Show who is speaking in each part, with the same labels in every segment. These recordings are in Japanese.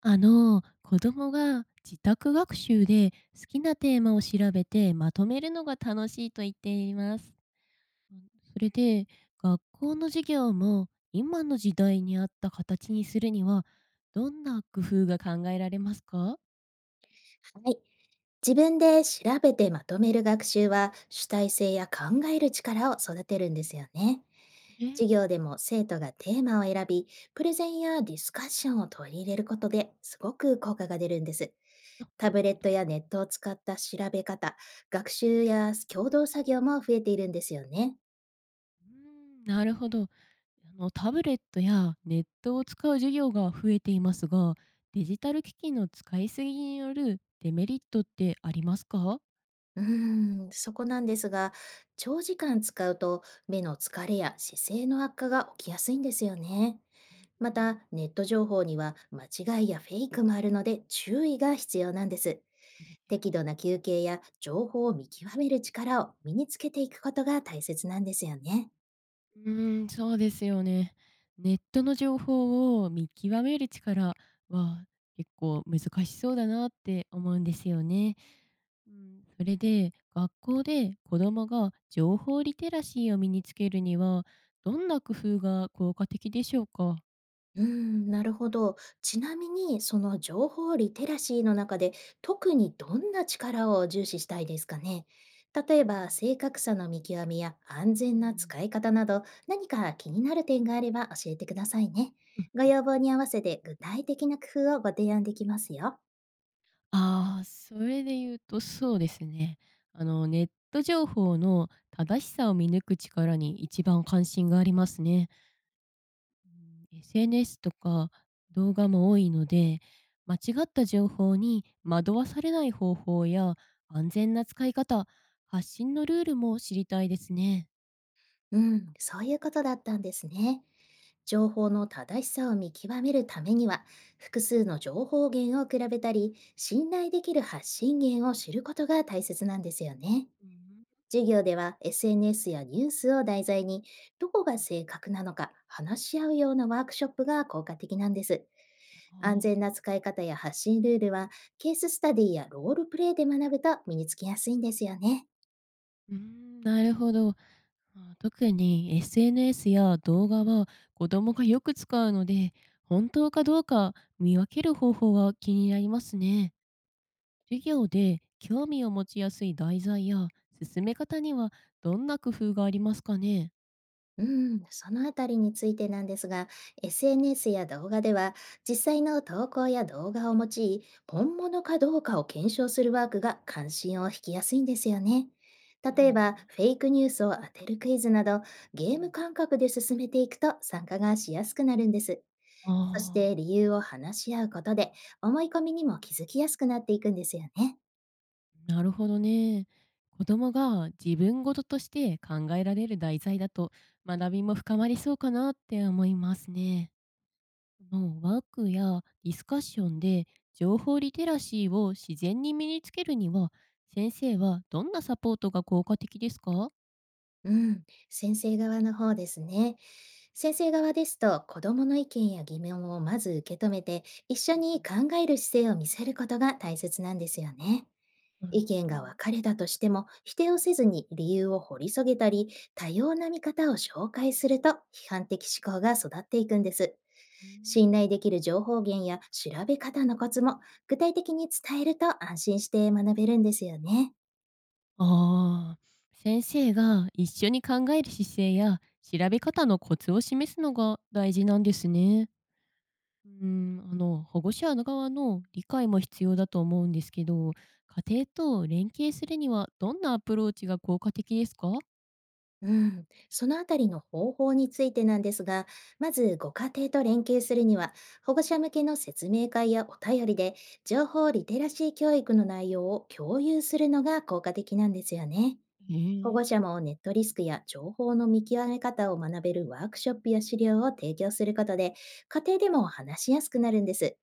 Speaker 1: 子供が自宅学習で好きなテーマを調べてまとめるのが楽しいと言っています。それで、学校の授業も今の時代に合った形にするには、どんな工夫が考えられますか？
Speaker 2: はい。自分で調べてまとめる学習は主体性や考える力を育てるんですよね。
Speaker 1: え、
Speaker 2: 授業でも生徒がテーマを選び、プレゼンやディスカッションを取り入れることですごく効果が出るんです。
Speaker 1: あ、な
Speaker 2: タ
Speaker 1: る
Speaker 2: ブレ
Speaker 1: ほ
Speaker 2: ッ
Speaker 1: ど。
Speaker 2: トやネットを使った調べ方、学習や共同作業も増えているんですよね。
Speaker 1: うーん、なるほど。タブレットやネットを使う授業が増えていますが、デジタル機器の使いすぎによるデメリットってありますか？
Speaker 2: うーん、そこなんですが、長時間使うと目の疲れや姿勢の悪化が起きやすいんですよね。
Speaker 1: う
Speaker 2: ま
Speaker 1: ん、
Speaker 2: た、ネット情報には間違いやフェイクもあるので注意が必要なんです。
Speaker 1: そうですよ
Speaker 2: 適度
Speaker 1: ね。
Speaker 2: な休憩や情報を見極める力を身につけていくことが大切なんですよね。
Speaker 1: うーん、そうですよね。ネットの情報を見極める力は結構難しそうだなって思うんですよね。うん、それで学校で子どもが情報リテラシーを身につけるにはどんな工夫が効果的でしょうか？
Speaker 2: うーん、なるほど。ちなみに、その情報リテラシーの中で特にどんな力を重視したいですかね。例
Speaker 1: う
Speaker 2: えば、
Speaker 1: ん、
Speaker 2: 正確さの見極めや安
Speaker 1: う
Speaker 2: 全な
Speaker 1: ん、
Speaker 2: 使い方など、何か気になる点があれば教えてくださいね。ご要望に合わせて具体的な工夫をご提案できますよ。
Speaker 1: ああ、それで言うとそうですね。あのネット情報の正しさを見抜く力に一番関心がありますね。う SNS とか動画も多いので、間違った情報に惑わされない方法や安全な使い方、発信のルールも知りたいですね。
Speaker 2: うん、そういうことだったんですね。情報の正しさを見極めるためには、複数の情報源を比べたり、信頼できる発信源を知ることが大切なんですよね。
Speaker 1: うん、
Speaker 2: 授業では SNS やニュースを題材に、どこが
Speaker 1: うんう
Speaker 2: 正
Speaker 1: ん。
Speaker 2: 確なのか話し合うようなワークショップが効果的なんです。
Speaker 1: あ
Speaker 2: 安
Speaker 1: あ、
Speaker 2: 全な使い方や発信ルールは、ケーススタディやロールプレイで学ぶと身につきやすいんですよね。
Speaker 1: うーん、なるほど。まあ、特に SNS や動画は子供がよく使うので、本当かどうか見分ける方法が気になりますね。授業で興味を持ちやすい題材や進め方にはどんな工夫がありますかね？
Speaker 2: うん、そのあたりについてなんですが、SNS や動画では、実際の投稿や動画を用い、本物かどうかを検証するワークが関心を引きやすいんですよね。
Speaker 1: そう
Speaker 2: 例
Speaker 1: な
Speaker 2: え
Speaker 1: んだ。
Speaker 2: ば、フェイクニュースを当てるクイズなど、ゲ
Speaker 1: う
Speaker 2: ーム
Speaker 1: ん、
Speaker 2: 感覚で進めていくと参加がしやすくなるんです。そし
Speaker 1: あ
Speaker 2: て、理由を話し合うことで、思い込みにも気づきやすくなっていくんですよね。
Speaker 1: あ、なるほどね。子供が自分事として考えられる題材だと学びも深まりそうかなって思いますね。このワークやディスカッションで情報リテラシーを自然に身につけるには先生はどんなサポートが効果的ですか？うん、
Speaker 2: うん、先生側の方ですね。先生側ですと、子どもの意見や疑問をまず受け止めて、一緒に考える姿勢を見せることが大切なんですよね。
Speaker 1: なる
Speaker 2: 意
Speaker 1: ほ
Speaker 2: 見
Speaker 1: ど。
Speaker 2: が分かれたとしても、否定をせずに理由を掘り下げたり、多様な見方を紹介すると、批判的思考が育っていくんです。
Speaker 1: う
Speaker 2: 信
Speaker 1: ん、
Speaker 2: 頼できる情報源や調べ方のコツも、具体的に伝えると安心して学べるんですよね。
Speaker 1: ああ、先生が一緒に考える姿勢や調べ方のコツを示すのが大事なんですね。うん、あの保護者側の理解も必要だと思うんですけど、家庭と連携するにはどんなアプローチが効果的ですか？
Speaker 2: うん、そのあたりの方法についてなんですが、まずご家庭と連携するには、保護者向けの説明会やお便りで、情報リテラシー教育の内容を共有するのが効果的なんですよね。
Speaker 1: え
Speaker 2: 保護者
Speaker 1: え、
Speaker 2: もネットリスクや情報の見極め方を学べるワークショップや資料を提供することで、家庭でも話しやすくなるんです。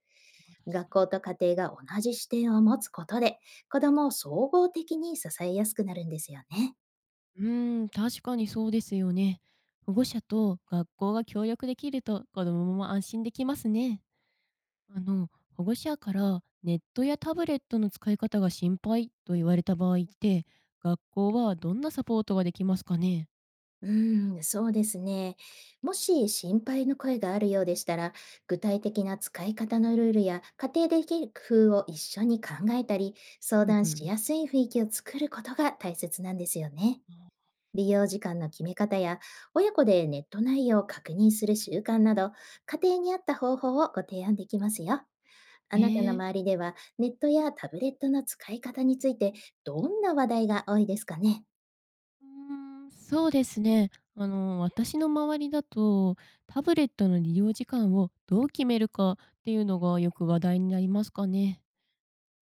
Speaker 1: まあ確
Speaker 2: 学
Speaker 1: かに。
Speaker 2: 校と家庭が同じ視点を持つことで、子どもを総合的に支えやすくなるんですよね。
Speaker 1: うーん、確かにそうですよね。保護者と学校が協力できると子どもも安心できますね。あの、保護者からネットやタブレットの使い方が心配と言われた場合って、学校はどんなサポートができますかね？
Speaker 2: うーん、そうですね。もし心配の声があるようでしたら、具体的な使い方のルールや家庭できる工夫を一緒に考えたり、相
Speaker 1: うん
Speaker 2: 談
Speaker 1: う
Speaker 2: し
Speaker 1: ん。
Speaker 2: やすい雰囲気を作ることが大切なんですよね。
Speaker 1: あ
Speaker 2: 利用時間の決め方や、親子でネット内容を確認する習慣など、家庭に合った方法をご提案できますよ。あ
Speaker 1: え
Speaker 2: なたの
Speaker 1: ー、
Speaker 2: 周りでは、ネットやタブレットの使い方について、どんな話題が多いですかね。
Speaker 1: うーん、そうですね。私の周りだと、タブレットの利用時間をどう決めるかっていうのがよく話題になりますかね。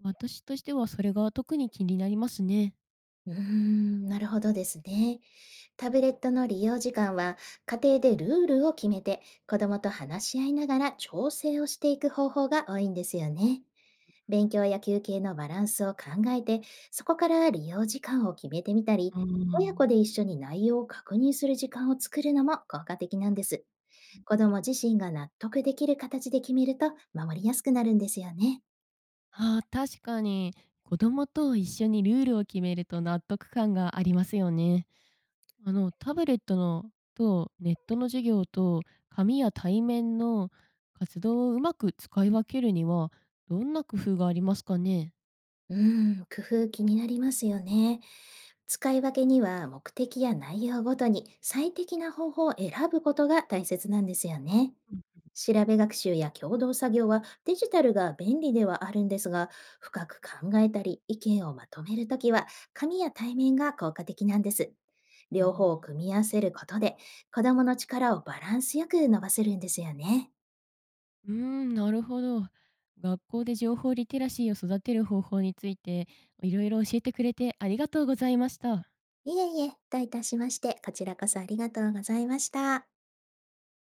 Speaker 1: 私としてはそれが特に気になりますね。
Speaker 2: うーん、なるほどですね。タブレットの利用時間は家庭でルールを決めて、子どもと話し合いながら調整をしていく方法が多いんですよね。勉強や休憩のバランスを考えて、そこから利用時間を決めてみたり、
Speaker 1: あ
Speaker 2: 親子で
Speaker 1: ー、
Speaker 2: 一緒に内容を確認する時間を作るのも効果的なんです。子ども自身が納得できる形で決めると守りやすくなるんですよね。
Speaker 1: ああ、確かに子供と一緒にルールを決めると納得感がありますよね。あのタブレットのとネットの授業と紙や対面の活動をうまく使い分けるにはどんな工夫がありますかね。
Speaker 2: うーん、工夫気になりますよね。使い分けには目的や内容ごとに最適な方法を選ぶことが大切なんですよね。
Speaker 1: うん、
Speaker 2: 調べ学習や共同作業はデジタルが便利ではあるんですが、深く考えたり意見をまとめるときは、紙や対面が効果的なんです。
Speaker 1: あ
Speaker 2: 両方を
Speaker 1: あ、
Speaker 2: 組み合わせることで、子供の力をバランスよく伸ばせるんですよね。
Speaker 1: うーん、なるほど。学校で情報リテラシーを育てる方法についていろいろ教えてくれてありがとうございました。
Speaker 2: いえいえ、どういたしまして、こちらこそありがとうございました。